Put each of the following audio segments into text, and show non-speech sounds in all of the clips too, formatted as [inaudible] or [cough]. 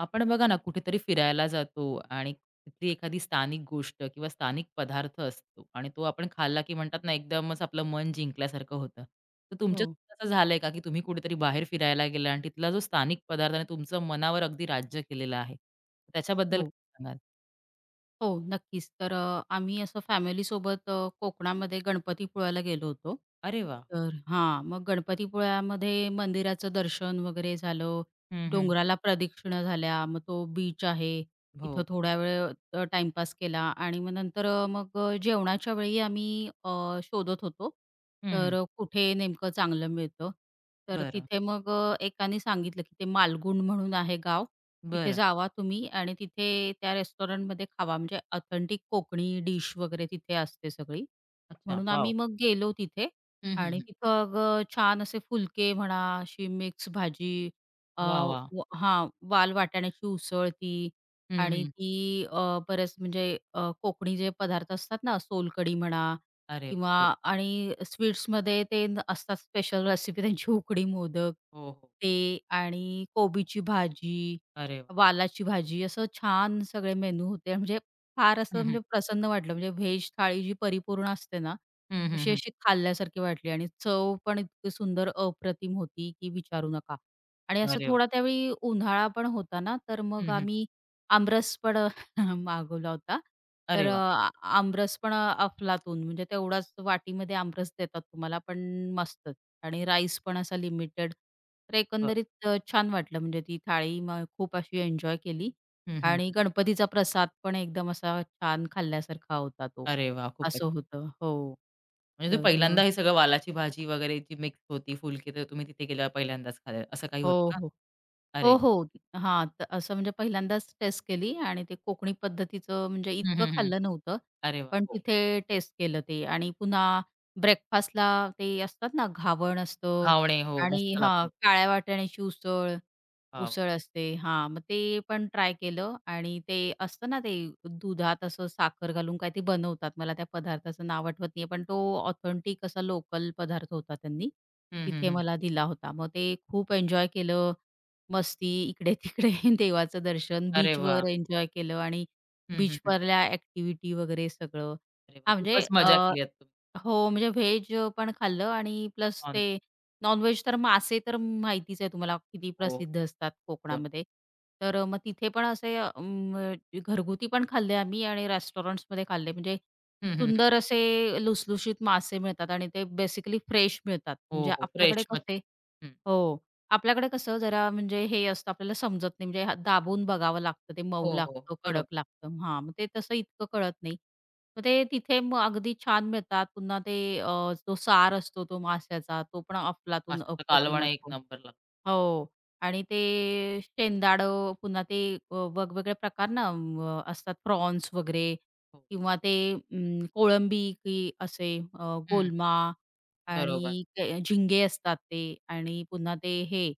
आपण बघा ना कुठेतरी फिरायला जातो आणि तिथली एखादी स्थानिक गोष्ट किंवा स्थानिक पदार्थ असतो आणि तो आपण खाल्ला की म्हणतात ना एकदमच आपलं मन जिंकल्यासारखं होतं. तर तुमच्या हो, असं झालंय का की तुम्ही कुठेतरी बाहेर फिरायला गेला आणि तिथला जो स्थानिक पदार्थाने तुमचं मनावर अगदी राज्य केलेलं आहे? त्याच्याबद्दल हो, काय सांगाल? हो, नक्कीच. तर आम्ही असं फॅमिलीसोबत कोकणामध्ये गणपतीपुळ्याला गेलो होतो. अरे वाह! तर हां, मग गणपतीपुळ्यामध्ये मंदिराचं दर्शन वगैरे झालं, हं, हं. डोंगराला प्रदक्षिणा झाल्या, मग तो बीच आहे, हो. तिथं थोडा वेळ टाईमपास केला आणि मग नंतर जेवणाच्या वेळी आम्ही अ, शोधत होतो, हं, हं. तर कुठे नेमकं चांगलं मिळतं. तर बरं, तिथे मग एकाने सांगितलं की ते मालगुंड म्हणून आहे गाव. तिथे बरं. जावा तुम्ही आणि तिथे त्या रेस्टॉरंटमध्ये खावा. म्हणजे ऑथेंटिक कोकणी डिश वगैरे तिथे असते सगळी. अच्छा. म्हणून आम्ही वॉव! मग गेलो तिथे हं, हं, आणि हं. तिथं छान असे फुलके म्हणा, अशी मिक्स भाजी अ, वाह, वाह! व हां, वाल वाटाण्याची उसळ ती हं, आणि हं. ती बरेच म्हणजे कोकणी जे पदार्थ असतात ना, सोलकढी म्हणा अरे किंवा वाह! हो, आणि स्वीट्समध्ये ते असतात स्पेशल रेसिपी त्यांची उकडी मोदक, हो, हो. ते आणि कोबीची भाजी, अरे वाह! वालाची भाजी असं छान सगळे मेनू होते. म्हणजे फार असं हं, हं. म्हणजे प्रसन्न वाटलं. म्हणजे व्हेज थाळी जी परिपूर्ण असते ना, हं, हं, तशी हं. अशी खाल्ल्यासारखी वाटली आणि चव पण इतकी सुंदर अप्रतिम होती की विचारू नका. आणि असं अरे वाह! थोडा त्यावेळी उन्हाळा पण होता ना, तर मग हं, हं. आम्ही आमरस पण [laughs] मागवला होता. अरे तर वाह! आमरस पण अफलातून म्हणजे तेवढाच वाटीमध्ये आमरस देतात तुम्हाला, पण मस्तच आणि राईस पण असा लिमिटेड. तर बरं. एकंदरीत छान वाटलं म्हणजे ती थाळी मग खूप अशी एन्जॉय केली हं, हं, आणि हं. गणपतीचा प्रसाद पण एकदम असा छान खाल्ल्यासारखा होता तो. अरे वा खूपच. असं होतं. हो. म्हणजे तुम्ही तर पहिल्यांदा हे सगळं वालाची भाजी वगैरे जी मिक्स होती, फुलके तर तुम्ही तिथे गेल्यावर पहिल्यांदाच खाल्लं, असं काही हो, होतं का? हो. अरे हो, वा हो. हां, तर असं म्हणजे पहिल्यांदाच टेस्ट केली आणि ते कोकणी पद्धतीचं म्हणजे हं, इतकं हं, हं. खाल्लं नव्हतं. अरे वाह! पण हो. तिथे टेस्ट केलं ते आणि पुन्हा ब्रेकफास्टला ते असतात ना, घावण असतं घावणे हो, आणि मस्त हां, लागतात. काळ्या वाटाण्याची उसळ वाह, वाह! उसळ असते. हां, मग ते पण ट्राय केलं आणि ते असतं ना, ते दुधात असं साखर घालून काय ते बनवतात. मला त्या पदार्थाचं नाव आठवत नाहीये, पण तो ऑथेंटिक असा लोकल पदार्थ होता त्यांनी, हं, हं, तिथे हं. मला दिला होता. मग ते खूप एन्जॉय केलं. मस्ती इकडे-तिकडे [laughs] देवाचं दर्शन, अरे वाह! बीचवर एन्जॉय केलं आणि हं, हं, हं. बीचवरल्या ॲक्टिव्हिटी वगैरे सगळं. अरे वाह! हां, म्हणजे खूपच मजा केली आहे तुम्ही. हो, म्हणजे व्हेज पण खाल्लं आणि प्लस हो ना. ते नॉन तर मासे तर माहितीच आहे तुम्हाला किती हो, प्रसिद्ध असतात हो. कोकणामध्ये. तर मग तिथे पण असे घरगुती पण खाल्ले आम्ही आणि रेस्टॉरंट्समध्ये खाल्ले. म्हणजे हं, हं, हं. सुंदर असे लुसलुशीत मासे मिळतात आणि ते बेसिकली फ्रेश मिळतात. म्हणजे हो, हो. आपल्याकडे फ्रेश मच कसे हं. हो. आपल्याकडे कसं जरा म्हणजे हे असतं आपल्याला समजत नाही म्हणजे हा दाबून बघावं लागतं, ते मऊ हो, हो. लागतं, कडक बरोबर. लागतं. हां, मग ते तसं इतकं कळत नाही. मग ते तिथे मग अगदी छान मिळतात. पुन्हा ते तो सार असतो तो माशाचा तो पण अफलातून माशाचा कालवण अप्रतिम एक असतो. नंबर लागतो. हो. आणि ते शेंदाडं पुन्हा ते वेगवेगळे प्रकार ना असतात प्रॉन्स वगैरे हो. किंवा ते कोळंबी की असे हं. गोलमा बरोबर. आणि ते झिंगे असतात ते आणि पुन्हा ते हे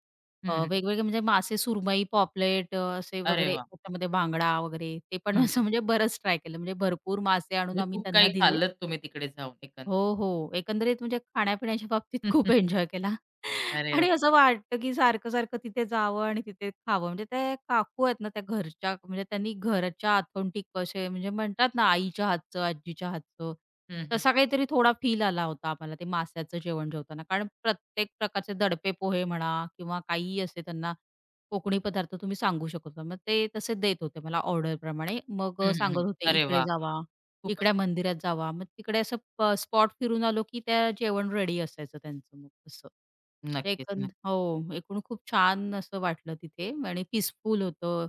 हं, हं. वेगवेगळे म्हणजे मासे सुरमई, पॉपलेट असे अरे वगैरे वाह! त्याच्यामध्ये बांगडा वगैरे ते पण हं, असं हं. म्हणजे बरंच ट्राय केलं. म्हणजे भरपूर मासे आणून म्हणजे आम्ही खूप त्यांना काही दिले. खाल्लत तुम्ही तिकडे जाऊन एकंदरीत. हो, हो. एकंदरीत म्हणजे खाण्यापिण्याच्या बाबतीत खूप [laughs] एन्जॉय केला. [laughs] अरे वाह! आणि असं वाटतं, की सारखं-सारखं तिथे जावं आणि तिथे खावं. म्हणजे ते काकू आहेत ना, त्या घरच्या म्हणजे त्यांनी घरच्या ऑथेंटिक असे म्हणजे म्हणतात ना, आईच्या हातचं, आजीच्या हातचं, हं, हं. तसा काहीतरी थोडा फील आला होता आम्हाला ते मास्याचं जेवण जेवताना. कारण प्रत्येक प्रकारचे दडपे पोहे म्हणा किंवा काहीही असे त्यांना कोकणी पदार्थ तुम्ही सांगू शकत होता. मग ते तसे देत होते मला ऑर्डरप्रमाणे. मग हं, हं, हं. सांगत होते, अरे "इकडे वाह! जावा." खूपच. इकड्या मंदिरात जावा. मग तिकडे असं स्पॉट फिरून आलो, की त्या जेवण रेडी असायचं त्यांचं मग असं. ते नक्कीच, नक्की. हो, एकूण खूप छान असं वाटलं तिथे आणि पीसफुल होतं.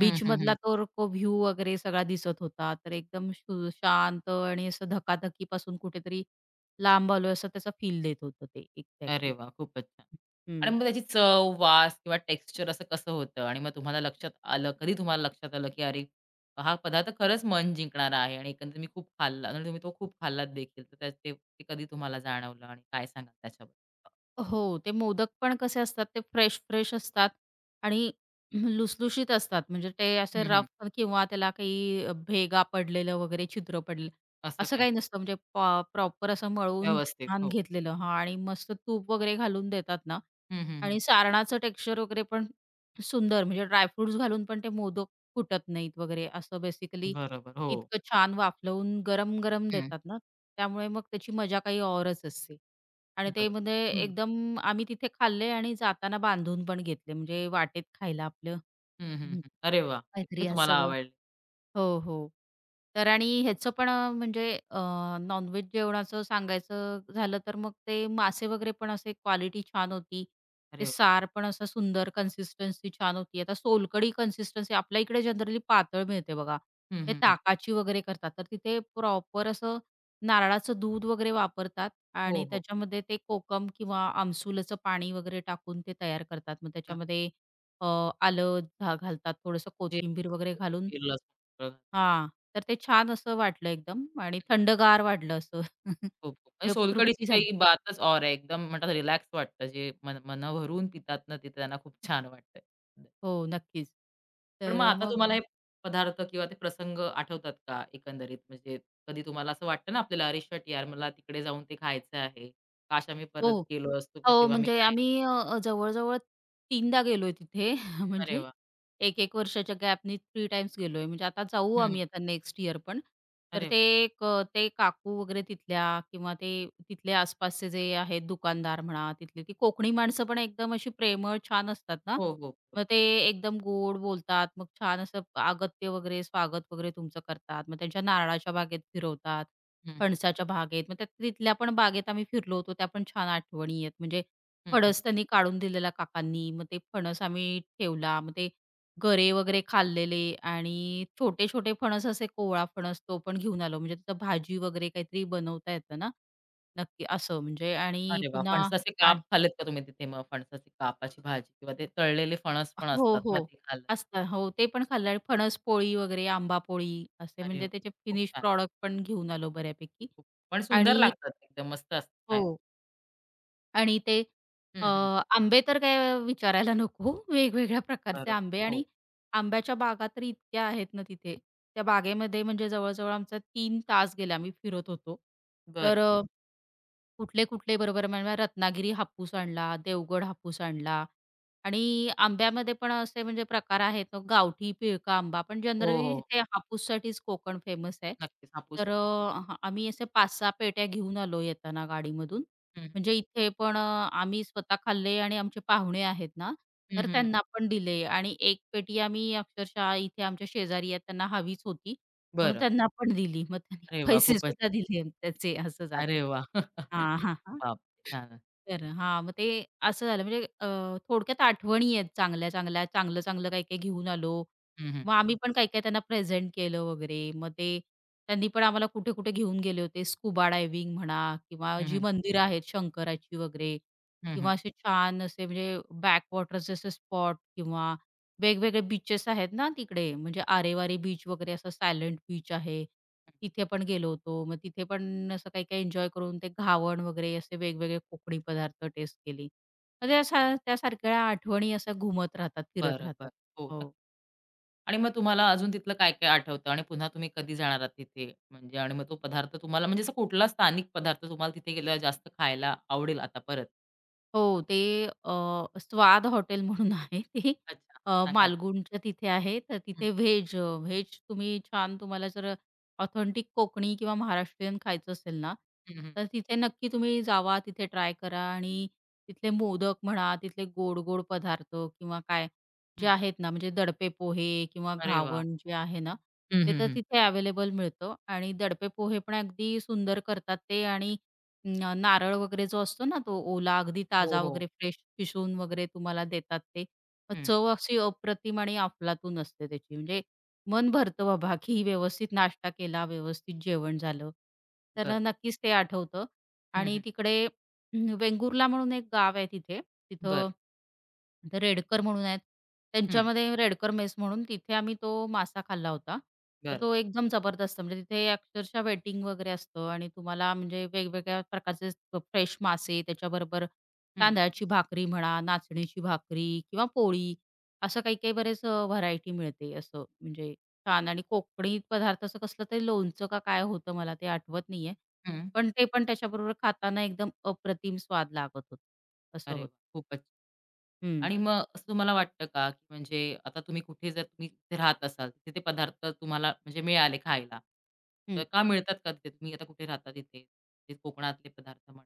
हं, हं, हं. तर तो व्ह्यू वगैरे सगळा दिसत होता. तर एकदम शांत आणि असं धकाधकीपासून कुठेतरी लांब आलोय असं त्याचा फील देत होतं ते अरे एक्झॅक्टली. वाह! खूपच छान. आणि मग त्याची चव, वास किंवा टेक्स्चर असं कसं होतं? आणि मग तुम्हाला लक्षात आलं कधी तुम्हाला लक्षात आलं, की अरे, हा पदार्थ खरंच मन जिंकणारा आहे आणि एकंदरीत मी खूप खाल्ला आणि तुम्ही तो खूप खाल्लात देखील. तर त्या ते ते कधी तुम्हाला जाणवलं आणि काय सांगाल त्याच्याबद्दल? हो, ते मोदक पण कसे असतात ते फ्रेश-फ्रेश असतात आणि लुसलुशीत असतात. म्हणजे ते असे हं, हं. रफ किंवा त्याला काही भेगा पडलेलं वगैरे छिद्र पडलेलं असं असं काय? काही नसतं. म्हणजे प्रॉपर असं मळून व्यवस्थित. छान हो. घेतलेलं हां आणि मस्त तूप वगैरे घालून देतात ना हं, हं, हं. आणि सारणाचं टेक्स्चर वगैरे पण सुंदर म्हणजे ड्रायफ्रुट्स घालून पण ते मोदक फुटत नाहीत वगैरे असं बेसिकली बरोबर. हो. इतकं छान वाफलवून गरम-गरम हं. देतात ना, त्यामुळे मग त्याची मजा काही औरच असते. आणि ते बरोबर. म्हणजे हं. एकदम आम्ही तिथे खाल्ले आणि जाताना बांधून पण घेतले म्हणजे वाटेत खायला आपलं. हं, हं, हं. हं. अरे वाह! इतके काहीतरी तुम्हाला असं आवडले. हो, हो. तर आणि ह्याचं पण नॉन-व्हेज जेवणाचं सांगायचं झालं तर मग ते मासे वगैरे पण असे क्वालिटी छान होती. ते अरे वाह! सार पण असं सुंदर कन्सिस्टन्सी छान होती. आता सोलकढी कन्सिस्टन्सी आपल्या इकडे जनरली पातळ मिळते बघा. हं, ते हं, हं. ताकाची वगैरे करतात. तर तिथे प्रॉपर असं नारळाचं दूध वगैरे वापरतात हो, आणि हो. त्याच्यामध्ये ते कोकम किंवा आमसुलाचं पाणी वगैरे टाकून ते तयार करतात. मग नक्की. त्याच्यामध्ये अ, आलं घालतात, थोडंसं जे कोथिंबीर वगैरे घालून कोथिंबीर, लसूण अद्रक. हां. तर ते छान असं वाटलं एकदम आणि हं, थंडगार वाटलं असं. [laughs] खूप, खूप म्हणजे म्हणजे सोलकढीची तृप्ती झाली. काही बातच और आहे. एकदम म्हणतात रिलॅक्स वाटतं. जे मन मन भरून पितात ना, ते त्यांना खूप छान वाटतं. हो, नक्कीच. पण तर मग आता मग तुम्हाला हे पदार्थ किंवा ते प्रसंग आठवतात का एकंदरीत? म्हणजे कधी तुम्हाला असं वाटतं ना आपल्याला, "अरे शिट यार, मला तिकडे जाऊन ते खायचं आहे. काश आम्ही हो, परत गेलो असतो, मग हो. तेव्हा मी म्हणजे खाईन." आम्ही जवळ-जवळ 3दा गेलोय तिथे. [laughs] अरे म्हणजे वाह! 1-1 वर्षाच्या गॅपनी 3 टाईम्स गेलोय. म्हणजे आता जाऊ हं, हं. आम्ही आता नेक्स्ट इयर पण. तर अरे ते वाह! एक ते काकू वगैरे तिथल्या किंवा ते तिथले आसपासचे जे आहेत दुकानदार म्हणा, तिथली ती कोकणी माणसं पण एकदम अशी प्रेमळ, छान असतात ना. हो, हो. मग ते एकदम गोड बोलतात. मग छान असं अगत्य वगैरे, स्वागत वगैरे तुमचं करतात. मग त्यांच्या नारळाच्या बागेत फिरवतात, हं, हं. फणसाच्या बागेत. मग त्या तिथल्या पण बागेत आम्ही फिरलो होतो. त्या पण छान आठवणी आहेत. म्हणजे हं, हं. फणस त्यांनी काढून दिलेला काकांनी. मग ते फणस आम्ही ठेवला. मग ते गरे वगैरे खाल्लेले आणि छोटे-छोटे फणस असे कोवळा फणस तो पण घेऊन आलो. म्हणजे तिथं भाजी वगैरे काहीतरी बनवता येतं ना. नक्की असं म्हणजे आणि अरे वाह! पुन्हा फणसाचे काप खाल्लेत का तुम्ही तिथे मग? फणसाची कापाची भाजी किंवा ते तळलेले फणस पण हो, असतात, मग हो. ते खाल्लं? असतात. हो, ते पण खाल्लं आणि फणस पोळी वगैरे, आंबा पोळी असे अरे म्हणजे वाह! त्याचे खूप फिनिश छान. प्रॉडक्ट पण घेऊन आलो बऱ्यापैकी. खूप पण सुंदर आणि लागतात एकदम मस्त असतात खायला. हो. आणि ते अ, हं, हं. आंबे तर काय विचारायला नको. वेगवेगळ्या प्रकारचे बरं. आंबे हो. आणि आंब्याच्या बागा तर इतक्या आहेत ना तिथे. त्या बागेमध्ये म्हणजे जवळ आमचा 3 तास गेले आम्ही फिरत होतो. तर बरं. कुठले, कुठले बरोबर म्हणजे रत्नागिरी हापूस आणला, देवगड हापूस आणला आणि आंब्यामध्ये पण असे म्हणजे प्रकार आहेत. तो गावठी पिळका आंबा पण हो, जनरली हो. इथे हापूससाठीच कोकण फेमस आहे. नक्कीच हापूस. तर हां, आम्ही असे 5-6 पेट्या घेऊन आलो येताना गाडीमधून. हं, हं. म्हणजे इथे पण आम्ही स्वतः खाल्ले आणि आमचे पाहुणे आहेत ना, हं, तर हं, त्यांना पण दिले आणि 1 पेटी आम्ही अक्षरशः इथे आमच्या शेजारी आहेत त्यांना हवीच होती म्हणून बरं. त्यांना पण दिली. मग त्यांनी [laughs] अरे वाह! खूपच पैसेसुद्धा दिले त्याचे असं झालं. अरे वाह! हां, हां, हां. बापरे! छानच. तर हां, मग ते असं झालं म्हणजे थोडक्यात आठवणी आहेत चांगल्या-चांगल्या, चांगलं-चांगलं काही-काही घेऊन आलो. हं, हं. मग आम्ही पण काही-काही त्यांना प्रेझेंट केलं वगैरे. मग ते त्यांनी पण आम्हाला कुठे-कुठे घेऊन गेले होते. स्कुबा डायव्हिंग म्हणा किंवा हं, जी हं. मंदिरं आहेत शंकराची वगैरे हं, हं. किंवा असे छान असे म्हणजे बॅकवॉटर्सचे असे स्पॉट किंवा वेगवेगळे बीचेस आहेत ना तिकडे म्हणजे आरेवारे बीच वगैरे असा सायलेंट बीच आहे. तिथे पण गेलो होतो. मग तिथे पण असं काही-काही एन्जॉय करून ते घावण वगैरे असे वेगवेगळे कोकणी पदार्थ टेस्ट केली. म्हणजे अशा त्या सारख्या आठवणी अशा घुमत राहतात, फिरत बरं, बरं. राहतात. हो, हो. नक्की. आणि मग तुम्हाला अजून तिथलं काय-काय आठवतं आणि पुन्हा तुम्ही कधी जाणार आहात तिथे? म्हणजे आणि मग तो पदार्थ तुम्हाला म्हणजे असा कुठला स्थानिक पदार्थ तुम्हाला तिथे गेल्यावर जास्त खायला आवडेल आता परत? हो, ते स्वाद हॉटेल म्हणून आहे ते. अच्छा. हां, सांगा ना. मालगुंडच्या तिथे आहे. तर हं. तिथे व्हेज व्हेज तुम्ही छान तुम्हाला जर ऑथेंटिक कोकणी किंवा महाराष्ट्रीयन खायचं असेल ना, हं, हं. तर तिथे नक्की तुम्ही जावा, तिथे ट्राय करा आणि तिथले मोदक म्हणा, तिथले गोड-गोड पदार्थ किंवा काय जे हं. आहेत ना, म्हणजे दडपे पोहे किंवा अरे वाह! घावण जे आहे ना, हं, ते हं, तर हं. तिथे अवेलेबल मिळतं आणि दडपे पोहे पण अगदी सुंदर करतात ते आणि नारळ वगैरे जो असतो ना, तो ओला अगदी हो, ताजा हो. वगैरे फ्रेश किसून वगैरे तुम्हाला देतात ते. मग हं. चव अशी अप्रतिम आणि अफलातून असते त्याची. म्हणजे मन भरतं बाबा, की व्यवस्थित नाश्ता केला, व्यवस्थित जेवण झालं. तर बरं. नक्कीच ते आठवतं हं, आणि हं. तिकडे हम्म, वेंगुर्ला म्हणून एक गाव आहे तिथे. तिथं बरं. तिथे रेडकर म्हणून आहेत. हं. त्यांच्यामध्ये रेडकर मेस म्हणून तिथे आम्ही तो मासा खाल्ला होता. तर बरं. तो एकदम जबरदस्त म्हणजे तिथे अक्षरशः वेटिंग वगैरे असतं आणि तुम्हाला म्हणजे वेगवेगळ्या प्रकारचे फ्रेश मासे त्याच्याबरोबर हं. तांदळाची भाकरी म्हणा, नाचणीची भाकरी किंवा पोळी असं काही-काही बरेच व्हरायटी मिळते असं म्हणजे छान आणि कोकणी पदार्थ असं कसलं तरी लोणचं का काय होतं मला ते आठवत नाहीये. हं. पण ते पण त्याच्याबरोबर खाताना एकदम अप्रतिम स्वाद लागत होता. असं अरे वा, होतं. खूपच. हं, आणि मग असं तुम्हाला वाटतं का, की म्हणजे आता तुम्ही कुठे जर तुम्ही तिथे राहत असाल, तिथे ते पदार्थ तुम्हाला म्हणजे मिळाले खायला, हं. तर का मिळतात का तिथे? तुम्ही आता कुठे राहता तिथे? ते कोकणातले पदार्थ म्हणा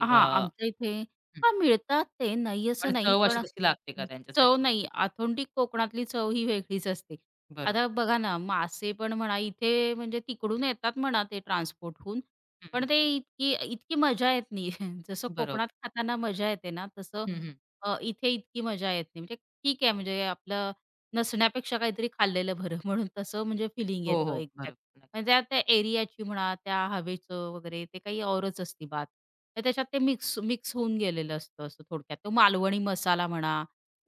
हां, आमच्या इथे हं. हां, मिळतात ते, नाही पण असं नाही, चव पण अशी तशी लागते का चव त्यांच्यासारखीच? नाही. ऑथेंटिक कोकणातली चव ही वेगळीच असते. बरोबर. आता बघा ना, मासे पण म्हणा, इथे म्हणजे तिकडून येतात म्हणा ते ट्रान्सपोर्ट होऊन, हं, पण हं. ते इतकी इतकी मजा येत नाही. [laughs] जसं कोकणात बरोबर. खाताना मजा येते ना, तसं हं, हं. इथे इतकी मजा येत नाही. म्हणजे ठीक आहे, म्हणजे आपलं नसण्यापेक्षा काहीतरी खाल्लेलं बरं म्हणून तसं म्हणजे फिलिंग हो, येतं हो. बरोबर. नक्की. म्हणजे त्या एरियाची म्हणा, त्या हवेचं वगैरे ते काही औरच असती बात. तर त्याच्यात ते मिक्स मिक्स होऊन गेलेलं असतं असं थोडक्यात. तो मालवणी मसाला म्हणा,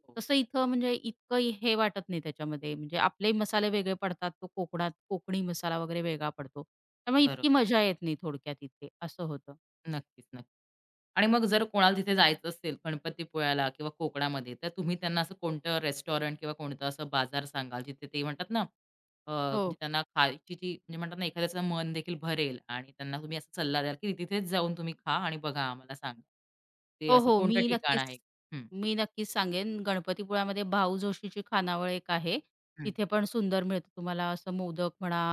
हो. तसं इथं म्हणजे इतकं हे वाटत नाही त्याच्यामध्ये. म्हणजे आपले मसाले वेगळे पडतात, तो कोकणात कोकणी मसाला वगैरे वेगळा पडतो. त्यामुळे बरोबर. इतकी मजा येत नाही थोडक्यात इथे, असं होतं. नक्कीच, नक्की. आणि मग जर कोणाला तिथे जायचं असेल गणपतीपुळ्याला किंवा कोकणामध्ये, तर तुम्ही त्यांना असं कोणतं रेस्टॉरंट किंवा कोणतं असं बाजार सांगाल, जिथे ते म्हणतात ना, हो म्हणजे त्यांना खायची जी म्हणजे म्हणतात ना, एखाद्याचं मन देखील भरेल आणि त्यांना तुम्ही असा सल्ला द्याल, की तिथेच जाऊन तुम्ही खा आणि बघा आम्हाला सांगा. ते हो, असं हो. कोणतं ठिकाण आहे? हं, मी नक्कीच सांगेन. गणपतीपुळ्यामध्ये भाऊ जोशीची खानावळ एक आहे. हं, तिथे पण सुंदर मिळतं तुम्हाला असं मोदक म्हणा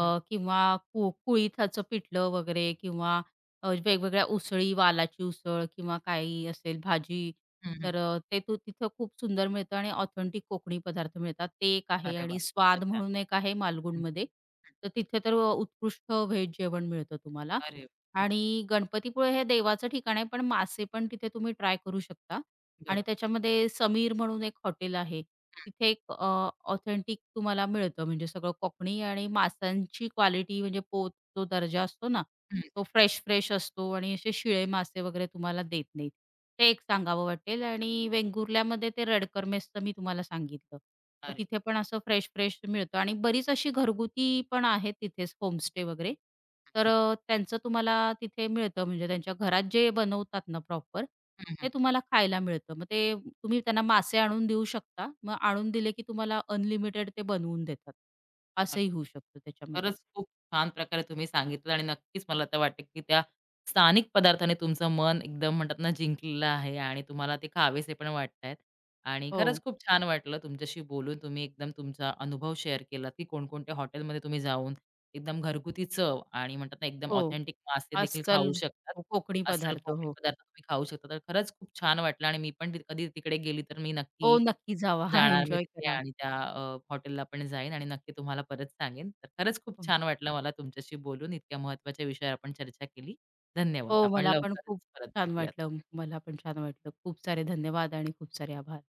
हं, किंवा कुळीथाचं पिठलं वगैरे किंवा वेगवेगळ्या उसळी, वालाची उसळ किंवा काही असेल भाजी, हं, हं. तर ते तू तिथं खूप सुंदर मिळतं आणि ऑथेंटिक कोकणी पदार्थ मिळतात. ते एक आहे अरे वाह! आणि खूपच स्वाद छान. म्हणून एक आहे हं, मालगुणमध्ये. हं. तर तिथे तर उत्कृष्ट व्हेज जेवण मिळतं तुम्हाला अरे वा. हं, आणि गणपतीपुळे हे देवाचं ठिकाण आहे, पण मासे पण तिथे तुम्ही ट्राय करू शकता. आणि बरोबर. त्याच्यामध्ये समीर म्हणून एक हॉटेल आहे. तिथे एक ऑथेंटिक तुम्हाला मिळतं म्हणजे सगळं कोकणी आणि माशांची क्वालिटी म्हणजे पोत जो दर्जा असतो ना हं, तो हं. फ्रेश-फ्रेश असतो आणि असे शिळे मासे वगैरे तुम्हाला देत नाहीत. ते एक सांगावं वाटेल आणि वेंगुर्ल्यामध्ये ते रडकर मेसचं मी तुम्हाला सांगितलं. तर अरे. तिथे पण असं फ्रेश-फ्रेश मिळतं आणि बरीच अशी घरगुती पण आहेत तिथेच होमस्टे वगैरे. तर हं, त्यांचं तुम्हाला तिथे मिळतं म्हणजे त्यांच्या घरात जे बनवतात ना प्रॉपर, हं, हं. ते तुम्हाला खायला मिळतं. मग ते तुम्ही त्यांना मासे आणून देऊ शकता. मग आणून दिले की तुम्हाला अनलिमिटेड ते बनवून देतात. नक्क असंही होऊ शकतं त्याच्यामध्ये. खरंच खूप छान प्रकारे तुम्ही सांगितलं आणि नक्कीच मला तर वाटतं, की त्या स्थानिक पदार्थाने तुमचं मन एकदम म्हणतात ना जिंकलेलं आहे आणि तुम्हाला ते खावेसे पण वाटतायत. आणि खरंच हो, खूप छान वाटलं तुमच्याशी बोलून. तुम्ही एकदम तुमचा अनुभव शेअर केलात, की कोणकोणत्या हॉटेलमध्ये तुम्ही जाऊन एकदम घरगुती चव आणि म्हणतात ना एकदम हो. ऑथेंटिक मासे देखील अस्सल खाऊ शकतात. कोकणी अस्सल पदार्थ. कोकणी हो. पदार्थ तुम्ही खाऊ शकता. तर खरंच खूप छान वाटलं आणि मी पण ती कधी तिकडे गेली तर मी हो, नक्की नक्की जावा. हां, जाणार मी एन्जॉय तिथे करा. आणि त्या हॉटेलला पण जाईन आणि नक्की तुम्हाला परत सांगेन. तर खरंच खूप हो, छान वाटलं मला तुमच्याशी बोलून. इतक्या महत्त्वाच्या विषयावर आपण चर्चा केली. धन्यवाद. हो, आपण मला पण खूप लवकरच परत छान भेटूयात. वाटलं. मला पण छान वाटलं. खूप सारे धन्यवाद आणि खूप सारे आभार.